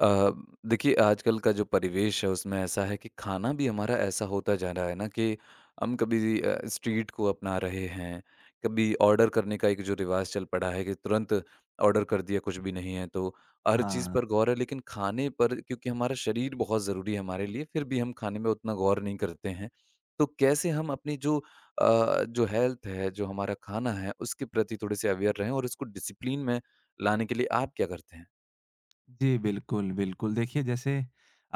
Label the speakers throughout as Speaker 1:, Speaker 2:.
Speaker 1: अ, देखिए आजकल का जो परिवेश है उसमें ऐसा है कि खाना भी हमारा ऐसा होता जा रहा है ना कि हम कभी स्ट्रीट को अपना रहे हैं। कभी ऑर्डर करने का एक जो रिवाज चल पड़ा है कि तुरंत ऑर्डर कर दिया, कुछ भी नहीं है, तो हर चीज़
Speaker 2: हाँ,
Speaker 1: पर गौर है लेकिन खाने पर, क्योंकि हमारा शरीर बहुत ज़रूरी है हमारे लिए, फिर भी हम खाने में उतना गौर नहीं करते हैं। तो कैसे हम अपनी जो हेल्थ है, जो हमारा खाना है, उसके प्रति थोड़े से अवेयर रहें और उसको डिसिप्लिन में लाने के लिए आप क्या करते हैं?
Speaker 2: जी, बिल्कुल, बिल्कुल। देखिए, जैसे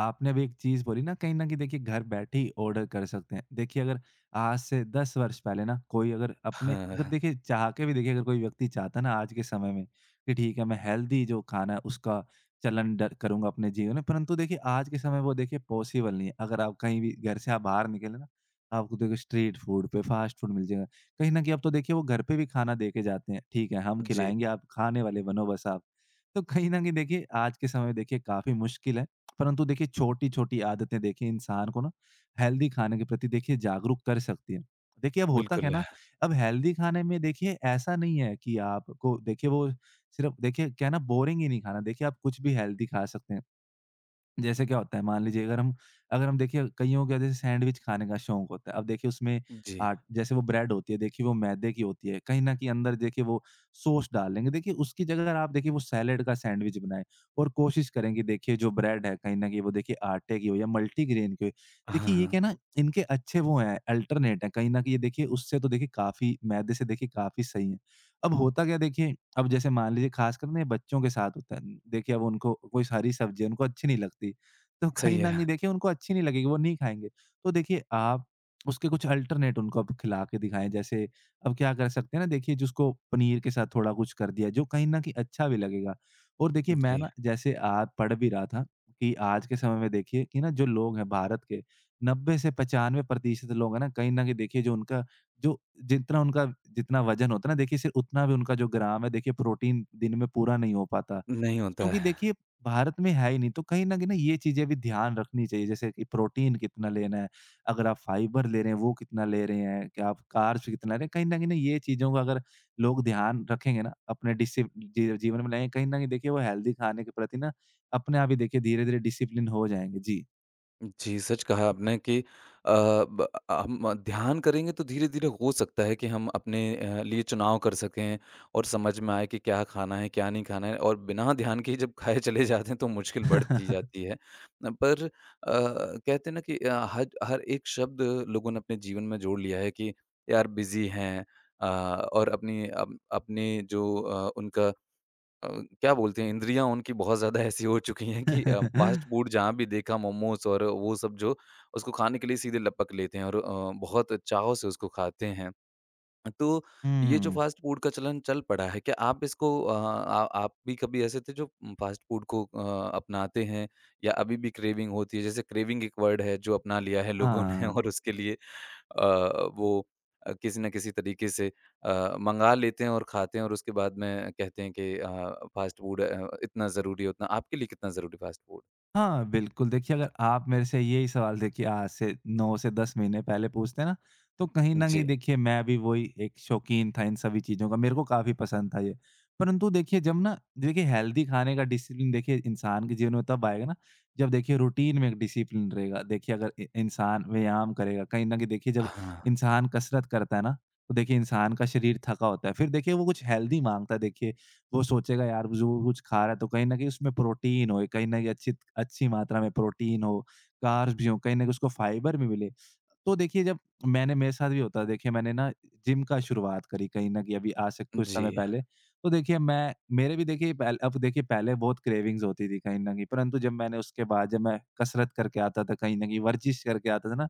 Speaker 2: आपने अभी एक चीज़ बोली ना, कहीं न कहीं देखिए घर बैठे ही ऑर्डर कर सकते हैं। देखिए, अगर आज से 10 वर्ष पहले ना कोई अगर अपने अगर
Speaker 1: हाँ।
Speaker 2: देखिए चाह के भी देखिए अगर कोई व्यक्ति चाहता है ना आज के समय में कि ठीक है मैं हेल्दी जो खाना है उसका चलन ड करूँगा अपने जीवन में, परंतु देखिए आज के समय वो देखिए पॉसिबल नहीं है। अगर आप कहीं भी घर से आप बाहर निकले ना, आपको देखिए स्ट्रीट फूड पे फास्ट फूड मिल जाएगा। कहीं न कहीं अब तो देखिए वो घर पे भी खाना दे के जाते हैं। ठीक है, हम
Speaker 1: जी,
Speaker 2: खिलाएँगे, आप खाने वाले बनो बस आप। तो कहीं न कहीं देखिए आज के समय में देखिए काफ़ी मुश्किल है, परंतु देखिए छोटी-छोटी आदतें देखिए इंसान को ना हेल्दी खाने के प्रति देखिए जागरूक कर सकती हैं। देखिए अब होता क्या है
Speaker 1: बिल्कुल,
Speaker 2: ना, अब हेल्दी खाने में देखिए ऐसा नहीं है कि आपको देखिए वो सिर्फ़ देखिए क्या है ना बोरिंग ही नहीं खाना, देखिए आप कुछ भी हेल्दी खा सकते हैं। जैसे क्या होता है मान लीजिए अगर हम देखिए कईयों का जैसे सैंडविच खाने का शौक होता है। अब देखिए उसमें
Speaker 1: जी।
Speaker 2: आट जैसे वो ब्रेड होती है देखिए वो मैदे की होती है। कहीं न कहीं अंदर देखिए वो सॉस डाल देंगे। देखिए उसकी जगह अगर आप देखिए वो सैलेड का सैंडविच बनाएँ और कोशिश करें कि देखिए जो ब्रेड है कहीं न कहीं वो देखिए आटे की हो या मल्टीग्रेन की हो।
Speaker 1: हाँ,
Speaker 2: देखिए ये
Speaker 1: हाँ,
Speaker 2: क्या है ना इनके अच्छे वो हैं अल्टरनेट हैं। कहीं न कहीं ये देखिए उससे तो देखिए काफ़ी मैदे से देखिए काफ़ी सही है। अब होता क्या है, देखिए अब जैसे मान लीजिए ख़ासकर ना ये बच्चों के साथ होता है। देखिए अब उनको कोई हरी सब्ज़ी है, उनको अच्छी नहीं लगती, तो कहीं
Speaker 1: सही
Speaker 2: न कहीं
Speaker 1: है।
Speaker 2: देखिए उनको अच्छी नहीं लगेगी, वो नहीं खाएँगे। तो देखिए आप उसके कुछ अल्टरनेट उनको आप खिला के दिखाएँ। जैसे अब क्या कर सकते हैं ना देखिए जिसको पनीर के साथ थोड़ा कुछ कर दिया, जो कहीं न कहीं अच्छा भी लगेगा। और देखिए मैं
Speaker 1: जी,
Speaker 2: ना जैसे आज पढ़ भी रहा था कि आज के समय में देखिए कि ना जो लोग हैं भारत के 90 से 95% लोग हैं ना, कहीं न कहीं देखिए जो उनका जो जितना उनका जितना वज़न होता है ना देखिए सिर्फ़ उतना भी उनका जो ग्राम है देखिए प्रोटीन दिन में पूरा नहीं हो पाता।
Speaker 1: नहीं होता
Speaker 2: क्योंकि
Speaker 1: है।
Speaker 2: देखिए भारत में है ही नहीं तो कहीं न कहीं ना ये चीज़ें भी ध्यान रखनी चाहिए जैसे कि प्रोटीन कितना लेना है, अगर आप फाइबर ले रहे हैं वो कितना ले रहे हैं, क्या आप कार्ब्स कितना ले रहे हैं, कहीं न कहीं ना ये चीज़ों का अगर लोग ध्यान रखेंगे ना अपने डिसि जी जीवन में लाएँगे कहीं न कहीं देखिए वो हेल्दी खाने के प्रति ना अपने आप ही देखिए धीरे-धीरे डिसिप्लिन हो जाएँगे। जी।
Speaker 1: जी, सच कहा आपने कि अ, ब हम ध्यान करेंगे तो धीरे-धीरे हो सकता है कि हम अपने लिए चुनाव कर सकें और समझ में आए कि क्या खाना है, क्या नहीं खाना है। और बिना ध्यान के ही जब खाए चले जाते हैं तो मुश्किल बढ़ती जाती है। पर कहते हैं ना कि हर हर एक शब्द लोगों ने अपने जीवन में जोड़ लिया है कि यार बिज़ी हैं। और अपनी अप अपने जो उनका, अ, क्या बोलते हैं, इंद्रियाँ उनकी बहुत ज़्यादा ऐसी हो चुकी हैं कि फ़ास्ट फूड जहाँ भी देखा, मोमोज़ और वो सब, जो उसको खाने के लिए सीधे लपक लेते हैं और बहुत चाव से उसको खाते हैं। तो ये जो
Speaker 2: हुँ।
Speaker 1: फ़ास्ट फ़ूड का चलन चल पड़ा है, क्या आप इसको अ, आ आप भी कभी ऐसे थे जो फ़ास्ट फ़ूड को अपनाते हैं, या अभी भी क्रेविंग होती है? जैसे क्रेविंग एक वर्ड है जो अपना लिया है लोगों ने,
Speaker 2: हाँ।
Speaker 1: और उसके लिए वो किसी न किसी तरीके से मँगा लेते हैं और खाते हैं और उसके बाद में कहते हैं कि फ़ास्ट फ़ूड इतना ज़रूरी है, उतना आपके लिए कितना ज़रूरी फ़ास्ट फ़ूड?
Speaker 2: हाँ, बिल्कुल। देखिए, अगर आप मेरे से यही सवाल देखिए आज से 9 से 10 महीने पहले पूछते ना, तो कहीं न कहीं
Speaker 1: जी।
Speaker 2: देखिए मैं भी वही एक शौकीन था इन सभी चीज़ों का, मेरे को काफ़ी पसंद था ये। परंतु देखिए जब ना देखिए हेल्दी खाने का डिसिप्लिन देखिए इंसान के जीवन में तब आएगा ना, जब देखिए रूटीन में एक डिसिप्लिन रहेगा। देखिए अगर इ इंसान व्यायाम करेगा, कहीं न कहीं देखिए जब
Speaker 1: हाँ,
Speaker 2: इंसान कसरत करता है ना, तो देखिए इंसान का शरीर थका होता है। फिर देखिए वो कुछ हेल्दी माँगता है, देखिए वो सोचेगा यार जो वो कुछ खा रहा है तो कहीं न कहीं उसमें प्रोटीन होए, कहीं न कहीं अच्छी अच्छी मात्रा में प्रोटीन हो, कार्ब्स भी हों, कहीं न कहीं उसको फाइबर भी मिले। तो देखिए जब मैंने मेरे साथ भी होता है, देखिए मैंने ना जिम का शुरुआत करी कहीं न कहीं अभी आज से कुछ
Speaker 1: जी,
Speaker 2: समय पहले। तो देखिए मैं मेरे भी देखिए पहल अब देखिए पहले बहुत क्रेविंग्स होती थी कहीं न कहीं, परंतु जब मैं कसरत करके आता था, कहीं न कहीं वर्जिश करके आता था ना,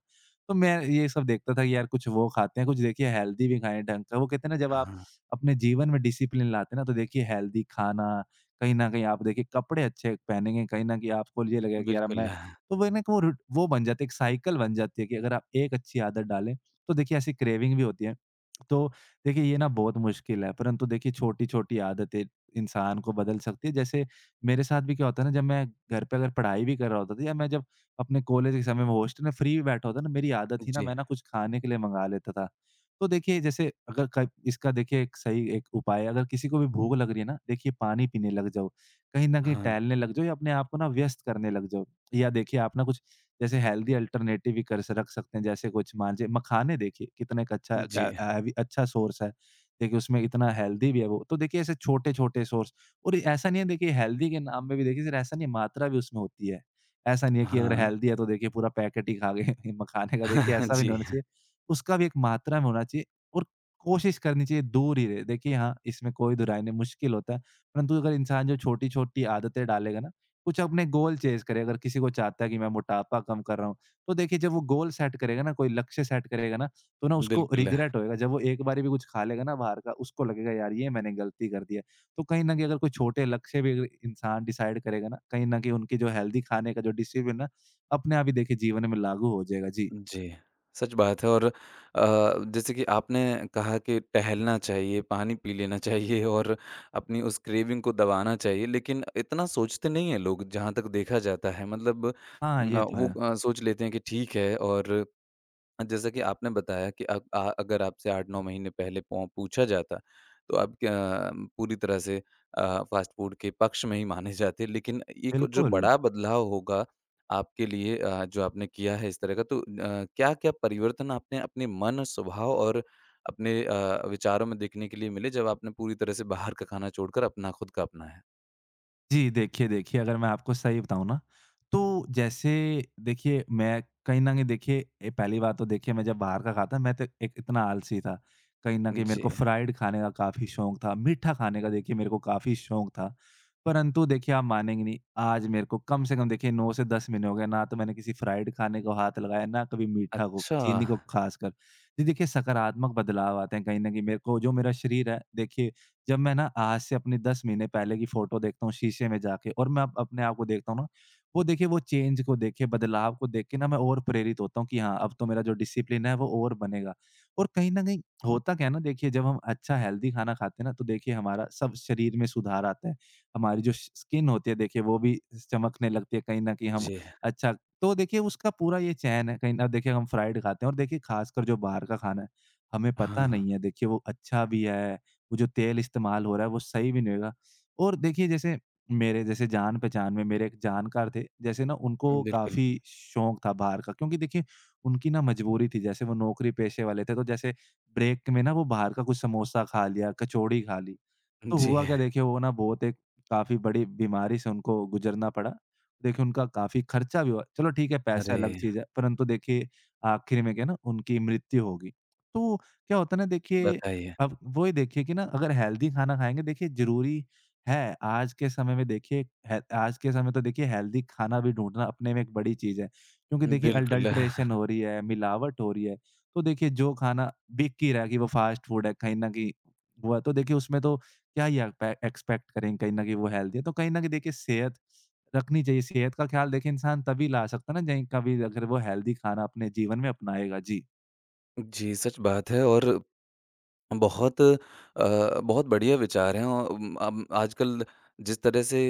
Speaker 2: तो मैं ये सब देखता था कि यार कुछ वो खाते हैं, कुछ देखिए हेल्दी भी खाएँ ढंग का। वो कहते हैं ना, जब आप
Speaker 1: हाँ,
Speaker 2: अपने जीवन में डिसिप्लिन लाते हैं ना, तो देखिए हेल्दी खाना, कहीं न कहीं आप देखिए कपड़े अच्छे पहनेंगे, कहीं न कहीं आपको ये लगेगा कि यार अब
Speaker 1: बिल्कुल।
Speaker 2: मैं,
Speaker 1: हाँ,
Speaker 2: तो वो ना एक वो रूट वो बन जाती है, एक साइकिल बन जाती है कि अगर आप एक अच्छी आदत डालें, तो देखिए ऐसी क्रेविंग भी होती है। तो देखिए ये ना बहुत मुश्किल है, परंतु देखिए छोटी-छोटी आदतें इंसान को बदल सकती है। जैसे मेरे साथ भी क्या होता है ना, जब मैं घर पे अगर पढ़ाई भी कर रहा होता था या मैं जब अपने कॉलेज के समय में हॉस्टल में फ्री बैठा होता ना, मेरी आदत थी ना,
Speaker 1: जी,
Speaker 2: मैं ना कुछ खाने के लिए मंगा लेता था। तो देखिए जैसे अगर क इसका देखिए एक सही एक उपाय है, अगर किसी को भी भूख लग रही है ना, देखिए पानी पीने लग जाओ, कहीं न कहीं
Speaker 1: हाँ,
Speaker 2: टहलने लग जाओ या अपने आप को ना व्यस्त करने लग जाओ, या देखिए आप ना कुछ जैसे हेल्दी अल्टरनेटिव भी कर स रख सकते हैं, जैसे कुछ मान लीजिए मखाने देखिए कितना एक अच्छा
Speaker 1: जी,
Speaker 2: का हैवी अच्छा सोर्स है। देखिए उसमें इतना हेल्दी भी है वो, तो देखिए ऐसे छोटे-छोटे सोर्स, और ऐसा नहीं है देखिए हेल्दी के नाम में भी देखिए सिर्फ ऐसा नहीं है, मात्रा भी उसमें होती है। ऐसा नहीं है कि अगर
Speaker 1: हाँ,
Speaker 2: हेल्दी है तो देखिए पूरा पैकेट ही खा गए मखाने का, देखिए ऐसा भी नहीं
Speaker 1: जी,
Speaker 2: होना चाहिए। उसका भी एक मात्रा में होना चाहिए और कोशिश करनी चाहिए दूर ही रहे। देखिए हाँ, इसमें कोई दुराई नहीं मुश्किल होता है, परंतु अगर इंसान जो छोटी-छोटी आदतें डालेगा ना, कुछ अपने गोल चेज़ करे, अगर किसी को चाहता है कि मैं मोटापा कम कर रहा हूँ, तो देखिए जब वो गोल सेट करेगा ना, कोई लक्ष्य सेट करेगा ना, तो ना उसको
Speaker 1: बिल्कुल,
Speaker 2: रिग्रेट होएगा। जब वो एक बारी भी कुछ खा लेगा ना बाहर का, उसको लगेगा यार ये मैंने गलती कर दी है। तो कहीं न कहीं अगर कोई छोटे लक्ष्य भी अगर इंसान डिसाइड करेगा ना, कहीं न कहीं उनकी जो हेल्दी खाने का जो डिसिप्लिन है, अपने आप ही देखिए जीवन में लागू हो जाएगा। जी।
Speaker 1: जी। सच बात है। और जैसे कि आपने कहा कि टहलना चाहिए, पानी पी लेना चाहिए और अपनी उस क्रेविंग को दबाना चाहिए, लेकिन इतना सोचते नहीं हैं लोग, जहाँ तक देखा जाता है। मतलब
Speaker 2: हाँ, ये तो है।
Speaker 1: वो सोच लेते हैं कि ठीक है। और हाँ, जैसा कि आपने बताया कि अगर आपसे 8-9 महीने पहले पौ पूछा जाता, तो आप क्या पूरी तरह से फ़ास्ट फ़ूड के पक्ष में ही माने जाते। लेकिन एक जो
Speaker 2: बिल्कुल।
Speaker 1: बड़ा बदलाव होगा आपके लिए, जो आपने किया है इस तरह का, तो क्या-क्या परिवर्तन आपने अपने मन, स्वभाव और अपने विचारों में देखने के लिए मिले, जब आपने पूरी तरह से बाहर का खाना छोड़कर अपना खुद का अपनाया?
Speaker 2: जी, देखिए, अगर मैं आपको सही बताऊँ ना, तो जैसे देखिए मैं कहीं न कहीं देखिए पहली बात तो देखिए मैं जब बाहर का खाता, मैं तो एक इतना आलसी था। कहीं न कहीं मेरे
Speaker 1: जी।
Speaker 2: को फ्राइड खाने का काफ़ी शौक था, मीठा खाने का देखिए मेरे को काफ़ी शौक था। परंतु देखिए आप मानेंगे नहीं, आज मेरे को कम से कम देखिए 9 से 10 महीने हो गए, ना तो मैंने किसी फ्राइड खाने को हाथ लगाया, ना कभी मीठा को,
Speaker 1: अच्छा।
Speaker 2: चीनी को खासकर। जी, देखिए सकारात्मक बदलाव आते हैं, कहीं न कहीं मेरे को जो मेरा शरीर है देखिए जब मैं ना आज से अपने 10 महीने पहले की फ़ोटो देखता हूँ शीशे में जाके और मैं अब अपने आप को देखता हूँ ना, वो देखिए वो चेंज को देखे, बदलाव को देख के ना मैं और प्रेरित होता हूँ कि हाँ, अब तो मेरा जो डिसिप्लिन है वो और बनेगा। और कहीं न कहीं होता क्या है ना, देखिए जब हम अच्छा हेल्दी खाना खाते हैं ना तो देखिए हमारा सब शरीर में सुधार आता है। हमारी जो स स्किन होती है देखिए वो भी चमकने लगती है, कहीं न कहीं हम
Speaker 1: जी।
Speaker 2: अच्छा, तो देखिए उसका पूरा ये चैन है, कहीं न देखिए हम फ्राइड खाते हैं और देखिए ख़ासकर जो बाहर का खाना है, हमें पता
Speaker 1: हाँ,
Speaker 2: नहीं है देखिए वो अच्छा भी है, वो जो तेल इस्तेमाल हो रहा है वो सही भी नहीं होगा। और देखिए जैसे मेरे जैसे जान-पहचान में मेरे एक जानकार थे, जैसे ना उनको
Speaker 1: बिल्कुल।
Speaker 2: काफ़ी शौक था बाहर का, क्योंकि देखिए उनकी ना मजबूरी थी, जैसे वो नौकरी पेशे वाले थे तो जैसे ब्रेक में ना वो बाहर का कुछ समोसा खा लिया, कचौड़ी खा ली। तो
Speaker 1: जी।
Speaker 2: हुआ क्या देखिए, वो ना बहुत एक काफ़ी बड़ी बीमारी से उनको गुज़रना पड़ा। देखिए उनका काफ़ी खर्चा भी हुआ। चलो ठीक है पैसा
Speaker 1: अरे!
Speaker 2: अलग चीज़ है, परंतु देखिए आखिर में क्या ना उनकी मृत्यु होगी। तो क्या होता है ना देखिए,
Speaker 1: बताइए।
Speaker 2: अब वही देखिए कि ना अगर हेल्दी खाना खाएँगे देखिए, ज़रूरी है आज के समय में, देखिए है आज के समय तो देखिए हेल्दी खाना भी ढूँढना अपने में एक बड़ी चीज़ है। क्योंकि देखिए
Speaker 1: बिल्कुल।
Speaker 2: अडल्ट्रेशन हो रही है, मिलावट हो रही है। तो देखिए जो खाना बिक ही रहा है कि वो फ़ास्ट फ़ूड है, कहीं न कहीं वो है, तो देखिए उसमें तो क्या ये एक्पे एक्सपेक्ट करेंगे कहीं न कहीं वो हेल्दी है। तो कहीं न कहीं देखिए सेहत रखनी चाहिए, सेहत का ख़्याल देखिए इंसान तभी ला सकता है ना जहीं कभी अगर वो हेल्दी खाना अपने जीवन में अपनाएगा। जी।
Speaker 1: जी, सच बात है। और बहुत बहुत बढ़िया विचार हैं। अब आजकल जिस तरह से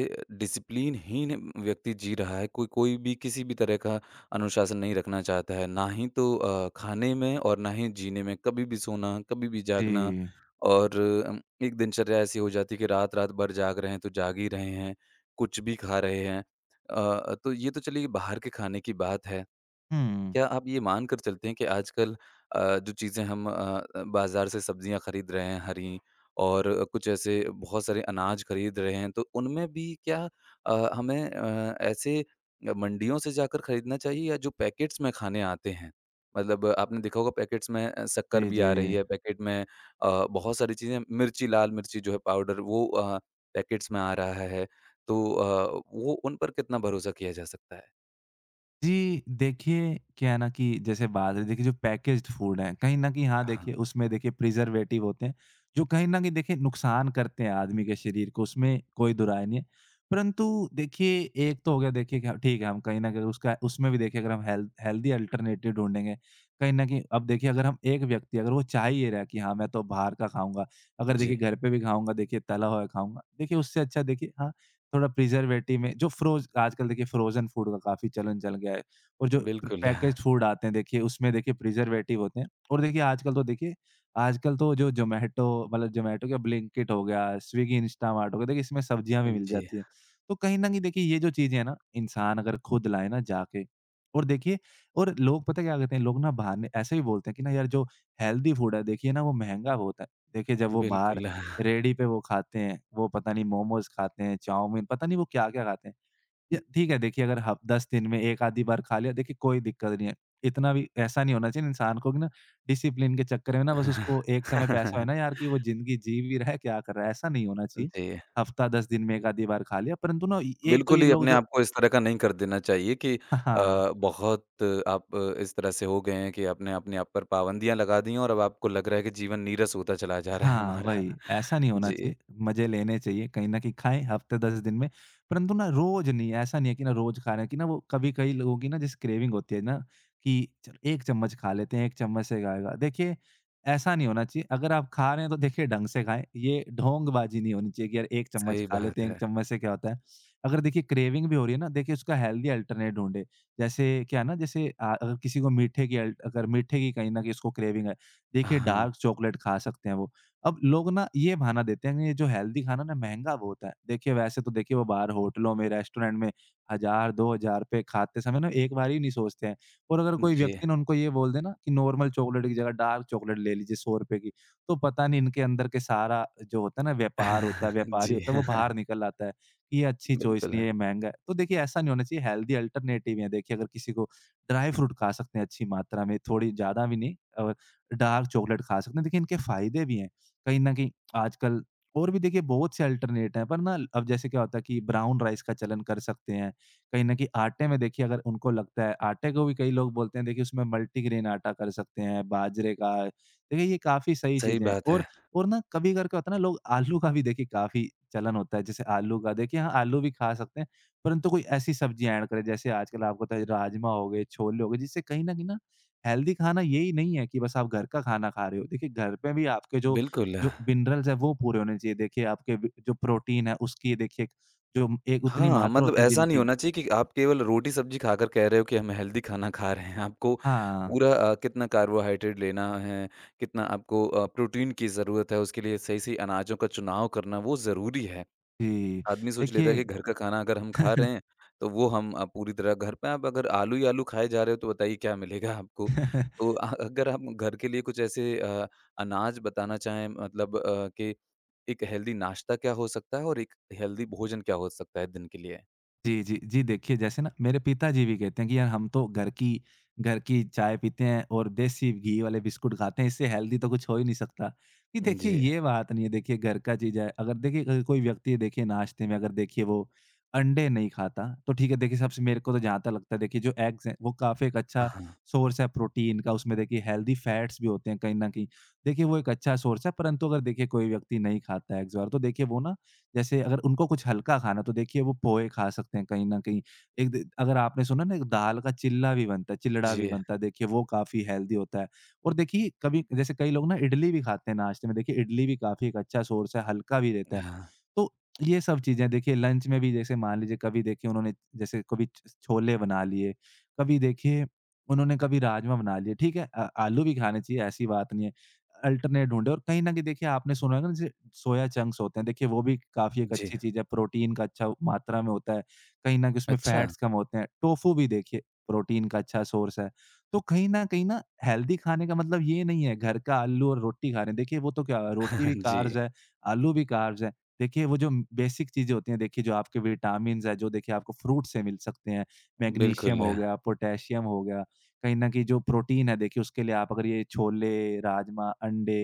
Speaker 1: डिसिप्लिनहीन व्यक्ति जी रहा है, कोई कोई भी किसी भी तरह का अनुशासन नहीं रखना चाहता है, ना ही तो खाने में और ना ही जीने में। कभी भी सोना, कभी भी जागना,
Speaker 2: जी।
Speaker 1: और एक दिनचर्या ऐसी हो जाती है कि रात-रात भर जाग रहे हैं, तो जाग ही रहे हैं, कुछ भी खा रहे हैं। तो ये तो चलिए बाहर के खाने की बात है।
Speaker 2: हुँ।
Speaker 1: क्या आप ये मानकर चलते हैं कि आजकल जो चीज़ें हम बाज़ार से सब्ज़ियाँ खरीद रहे हैं, हरी, और कुछ ऐसे बहुत सारे अनाज खरीद रहे हैं, तो उनमें भी क्या हमें ऐसे मंडियों से जाकर खरीदना चाहिए या जो पैकेट्स में खाने आते हैं? मतलब आपने देखा होगा पैकेट्स में शक्कर
Speaker 2: जी,
Speaker 1: भी
Speaker 2: जी।
Speaker 1: आ रही है, पैकेट में बहुत सारी चीज़ें, मिर्ची, लाल मिर्ची जो है पाउडर, वो पैकेट्स में आ रहा है, तो वो उन पर कितना भरोसा किया जा सकता है?
Speaker 2: जी, देखिए क्या है ना कि जैसे बात रही देखिए जो पैकेज्ड फूड हैं, कहीं न कहीं हाँ,
Speaker 1: हाँ,
Speaker 2: देखिए उसमें देखिए प्रिज़र्वेटिव होते हैं, जो कहीं न कहीं देखिए नुकसान करते हैं आदमी के शरीर को, उसमें कोई दुराय नहीं है। परंतु देखिए एक तो हो गया देखिए कि हाँ, ठीक है हम कहीं न कहीं उसका उसमें भी देखिए अगर हम हेल्थ हेल्दी अल्टरनेटिव ढूँढेंगे, कहीं न कहीं अब देखिए अगर हम एक व्यक्ति अगर वो चाह ही ये रहा है कि हाँ, मैं तो बाहर का खाऊँगा, अगर
Speaker 1: जी,
Speaker 2: देखिए घर पे भी खाऊँगा, देखिए तला हुआ खाऊँगा, देखिए उससे अच्छा देखिए हाँ, थोड़ा प्रिजर्वेटिव में जो फ्रोज आजकल देखिए फ्रोज़न फूड का काफ़ी चलन चल गया है और जो प
Speaker 1: बिल्कुल।
Speaker 2: पैकेज्ड फूड आते हैं देखिए उसमें देखिए प्रिजर्वेटिव होते हैं और देखिए आजकल तो जो ज़ोमैटो मतलब ज़ोमैटो क्या ब्लिंकिट हो गया, स्विगी, इंस्टामार्ट हो गया, देखिए इसमें सब्जियाँ भी मिल
Speaker 1: जी,
Speaker 2: जाती हैं। तो कहीं न कहीं देखिए ये जो चीज़ें हैं ना, इंसान अगर खुद लाए ना जाके और देखिए और लोग पता है क्या कहते हैं, लोग ना बहाने ऐसे ही बोलते हैं कि ना यार जो हेल्दी फूड है देखिए ना वो महँगा बहुत है। देखिए जब वो बाहर
Speaker 1: बिल्कुल।
Speaker 2: रेहड़ी पे वो खाते हैं, वो पता नहीं मोमोज़ खाते हैं, चाउमीन, पता नहीं वो क्या-क्या खाते हैं। या ठीक है देखिए अगर हफ़ 10 दिन में 1 आधी बार खा लिया देखिए कोई दिक्कत नहीं है। इतना भी ऐसा नहीं होना चाहिए इंसान को कि ना डिसिप्लिन के चक्कर में ना बस उसको एक समय पे ऐसा हो ना यार कि वो ज़िंदगी जी भी रहा है, क्या कर रहा है? ऐसा नहीं होना चाहिए।
Speaker 1: जी,
Speaker 2: हफ़्ता 10 दिन में 1 आधी बार खा लिया परंतु ना ए एक तो
Speaker 1: बिल्कुल
Speaker 2: ये
Speaker 1: ही
Speaker 2: लोग
Speaker 1: अपने
Speaker 2: जो
Speaker 1: आप को इस तरह का नहीं कर देना चाहिए कि
Speaker 2: हाँ।
Speaker 1: बहुत आप इस तरह से हो गए हैं कि आपने अपने आप पर पाबंदियाँ लगा दी हैं और अब आपको लग रहा है कि जीवन नीरस होता चला जा रहा है
Speaker 2: हाँ,
Speaker 1: हमारा।
Speaker 2: वही। ऐसा नहीं होना
Speaker 1: जी,
Speaker 2: चाहिए, मज़े लेने चाहिए, कहीं न कहीं खाएँ हफ़्ते 10 दिन में, परंतु ना रोज़ नहीं, ऐसा नहीं है कि ना रोज़ खा रहे हैं कि ना वो कभी-कभी लोगों की ना जैसे क्रेविंग होती है ना कि चलो 1 चम्मच खा लेते हैं, 1 चम्मच से खाएगा। देखिए, ऐसा नहीं होना चाहिए, अगर आप खा रहे हैं तो देखिए ढंग से खाएँ, ये ढोंगबाज़ी नहीं होनी चाहिए कि यार 1 चम्मच
Speaker 1: सही
Speaker 2: खा लेते
Speaker 1: बात
Speaker 2: हैं, 1
Speaker 1: है।
Speaker 2: चम्मच से क्या होता है। अगर देखिए क्रेविंग भी हो रही है ना, देखिए उसका हेल्दी अल्टरनेट ढूँढे। जैसे क्या है ना जैसे अगर किसी को मीठे की कहीं न कहीं उसको क्रेविंग है, देखिए
Speaker 1: हाँ,
Speaker 2: डार्क चॉकलेट खा सकते हैं वो। अब लोग ना ये बहाना देते हैं कि ये जो हेल्दी खाना ना महँगा बहुत है। देखिए वैसे तो देखिए वो बाहर होटलों में, रेस्टोरेंट में 1000 2000 रुपए खाते समय ना एक बार ही नहीं सोचते हैं और अगर कोई
Speaker 1: जी।
Speaker 2: व्यक्ति ना उनको ये बोल दे ना कि नॉर्मल चॉकलेट की जगह डार्क चॉकलेट ले लीजिए ₹100 की, तो पता नहीं इनके अंदर के सारा जो होता है ना व्यापार होता है, व्यापारी
Speaker 1: जी,
Speaker 2: होता है, वो बाहर निकल आता है कि ये अच्छी चॉइस
Speaker 1: बिल्कुल
Speaker 2: नहीं है,
Speaker 1: है।
Speaker 2: ये महँगा है। तो देखिए ऐसा नहीं होना चाहिए, हेल्दी अल्टरनेटिव है। देखिए अगर किसी को ड्राई फ्रूट खा सकते हैं अच्छी मात्रा में, थोड़ी ज़्यादा भी नहीं और डार्क चॉकलेट खा सकते हैं। देखिए इनके फ़ायदे भी हैं। कहीं न कहीं आजकल और भी देखिए बहुत से अल्टरनेट हैं, पर ना अब जैसे क्या होता है कि ब्राउन राइस का चलन कर सकते हैं। कहीं न कहीं आटे में देखिए अगर उनको लगता है आटे को भी कई लोग बोलते हैं देखिए उसमें मल्टीग्रेन आटा कर सकते हैं, बाजरे का। देखिए ये काफ़ी सही
Speaker 1: सही
Speaker 2: चीज़ें हैं
Speaker 1: बात है।
Speaker 2: और ना कभी-कभार क्या होता है ना लोग आलू का भी देखिए काफ़ी चलन होता है। जैसे आलू का देखिए हाँ, आलू भी खा सकते हैं, परंतु कोई ऐसी सब्जियाँ ऐड करें जैसे आजकल आपको पता है राजमा हो गए, छोले हो गए, जिससे कहीं न कहीं ना हेल्दी खाना यही नहीं है कि बस आप घर का खाना खा रहे हो। देखिए घर पे भी आपके जो
Speaker 1: बिल्कुल।
Speaker 2: जो मिनरल्स हैं वो पूरे होने चाहिए। देखिए आपके ब जो प्रोटीन है उसकी देखिए जो एक उतनी
Speaker 1: हाँ,
Speaker 2: मात्रा
Speaker 1: मतलब
Speaker 2: होती है दिन
Speaker 1: ऐसा नहीं
Speaker 2: की
Speaker 1: होना चाहिए कि आप केवल रोटी-सब्ज़ी खाकर कह रहे हो कि हम हेल्दी खाना खा रहे हैं। आपको
Speaker 2: हाँ,
Speaker 1: पूरा कितना कार्बोहाइड्रेट लेना है, कितना आपको प्रोटीन की ज़रूरत है, उसके लिए सही-सही अनाजों का चुनाव करना वो ज़रूरी है।
Speaker 2: जी।
Speaker 1: आदमी सोच लेता है कि
Speaker 2: देखिए
Speaker 1: घर का खाना अगर हम खा रहे हैं, तो वो हम पूरी तरह घर पे, आप अगर आलू ही आलू खाए जा रहे हो, तो बताइए क्या मिलेगा आपको। तो अगर आप घर के लिए कुछ ऐसे अनाज बताना चाहें, मतलब कि एक हेल्दी नाश्ता क्या हो सकता है और एक हेल्दी भोजन क्या हो सकता है दिन के लिए?
Speaker 2: जी, जी। जी, देखिए जैसे ना मेरे पिताजी भी कहते हैं कि यार हम तो घर की चाय पीते हैं और देसी घी वाले बिस्कुट खाते हैं, इससे हेल्दी तो कुछ हो ही नहीं सकता। कि देखिए
Speaker 1: जी।
Speaker 2: ये बात नहीं है, देखिए घर का चीज़ है। अगर देखिए अगर कोई व्यक्ति है, देखिए नाश्ते में अगर देखिए वो अंडे नहीं खाता, तो ठीक है देखिए सबसे मेरे को तो जहाँ तक लगता है देखिए जो एग्स हैं, वो काफ़ी एक अच्छा
Speaker 1: हाँ,
Speaker 2: सोर्स है प्रोटीन का, उसमें देखिए हेल्दी फैट्स भी होते हैं कहीं न कहीं। देखिए वो एक अच्छा सोर्स है परंतु अगर देखिए कोई व्यक्ति नहीं खाता है एग्स वगैरह तो देखिए वो ना जैसे अगर उनको कुछ हल्का खाना तो देखिए वो पोहे खा सकते हैं कहीं न कहीं। एक द अगर आपने सुना ना एक दाल का चिल्ला भी बनता है, चिलड़ा भी
Speaker 1: जी,
Speaker 2: बनता है, देखिए वो काफ़ी हेल्दी होता है। और देखिए कभी जैसे कई लोग ना इडली भी खाते हैं नाश्ते में, देखिए इडली भी काफ़ी एक अच्छा सोर्स है, हल्का भी रहता है।
Speaker 1: हाँ,
Speaker 2: तो ये सब चीज़ें देखिए लंच में भी जैसे मान लीजिए कभी देखिए उन्होंने जैसे कभी छ छोले बना लिए, कभी देखिए उन्होंने कभी राजमा बना लिए, ठीक है? आलू भी खाने चाहिए ऐसी बात नहीं है। अल्टरनेट ढूँढे और कहीं न कहीं देखिए आपने सुना होगा ना जैसे सोया चंक्स होते हैं, देखिए वो भी काफ़ी एक
Speaker 1: जी।
Speaker 2: अच्छी चीज़ है, प्रोटीन का अच्छा मात्रा में होता है, कहीं न कहीं उसमें
Speaker 1: अच्छा,
Speaker 2: फैट्स कम होते हैं। टोफू भी देखिए प्रोटीन का अच्छा सोर्स है। तो कहीं न कहीं ना हेल्दी खाने का मतलब ये नहीं है घर का आलू और रोटी खा रहे हैं, देखिए वो तो क्या रोटी भी कार्ब्स
Speaker 1: जी,
Speaker 2: है, आलू भी कार्ब्स है। देखिए वो जो बेसिक चीज़ें होती हैं, देखिए जो आपके विटामिन्स हैं, जो देखिए आपको फ्रूट से मिल सकते हैं, मैग्नीशियम
Speaker 1: बिल्कुल,
Speaker 2: हो गया, पोटेशियम हो गया, कहीं न कहीं जो प्रोटीन है देखिए उसके लिए आप अगर ये छोले, राजमा, अंडे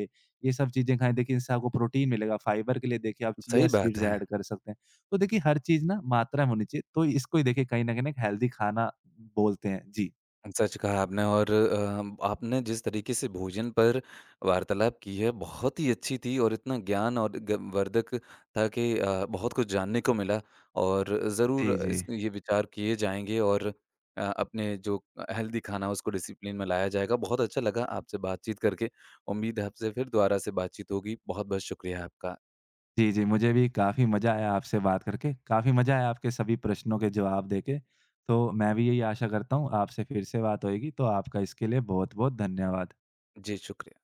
Speaker 2: ये सब चीज़ें खाएँ देखिए इससे आपको प्रोटीन मिलेगा। फाइबर के लिए देखिए आप चिया
Speaker 1: सही बात
Speaker 2: सीड्स
Speaker 1: है।
Speaker 2: ऐड कर सकते हैं। तो देखिए हर चीज़ ना मात्रा में होनी चाहिए। तो इसको ही देखिए कहीं न कहीं एक हेल्दी खाना बोलते हैं। जी।
Speaker 1: सच कहा आपने। और आपने जिस तरीके से भोजन पर वार्तालाप की है, बहुत ही अच्छी थी और इतना ज्ञान और ग वर्धक था कि बहुत कुछ जानने को मिला, और ज़रूर
Speaker 2: जी, जी।
Speaker 1: इस ये विचार किए जाएँगे और अपने जो हेल्दी खाना है, उसको डिसिप्लिन में लाया जाएगा। बहुत अच्छा लगा आपसे बातचीत करके। उम्मीद है आपसे फिर दोबारा से बातचीत होगी। बहुत-बहुत शुक्रिया आपका।
Speaker 2: जी, जी, मुझे भी काफ़ी मज़ा आया आपसे बात करके। काफ़ी मज़ा आया आपके सभी प्रश्नों के जवाब देके। तो मैं भी यही आशा करता हूँ आपसे फिर से बात होएगी। तो आपका इसके लिए बहुत-बहुत धन्यवाद।
Speaker 1: जी, शुक्र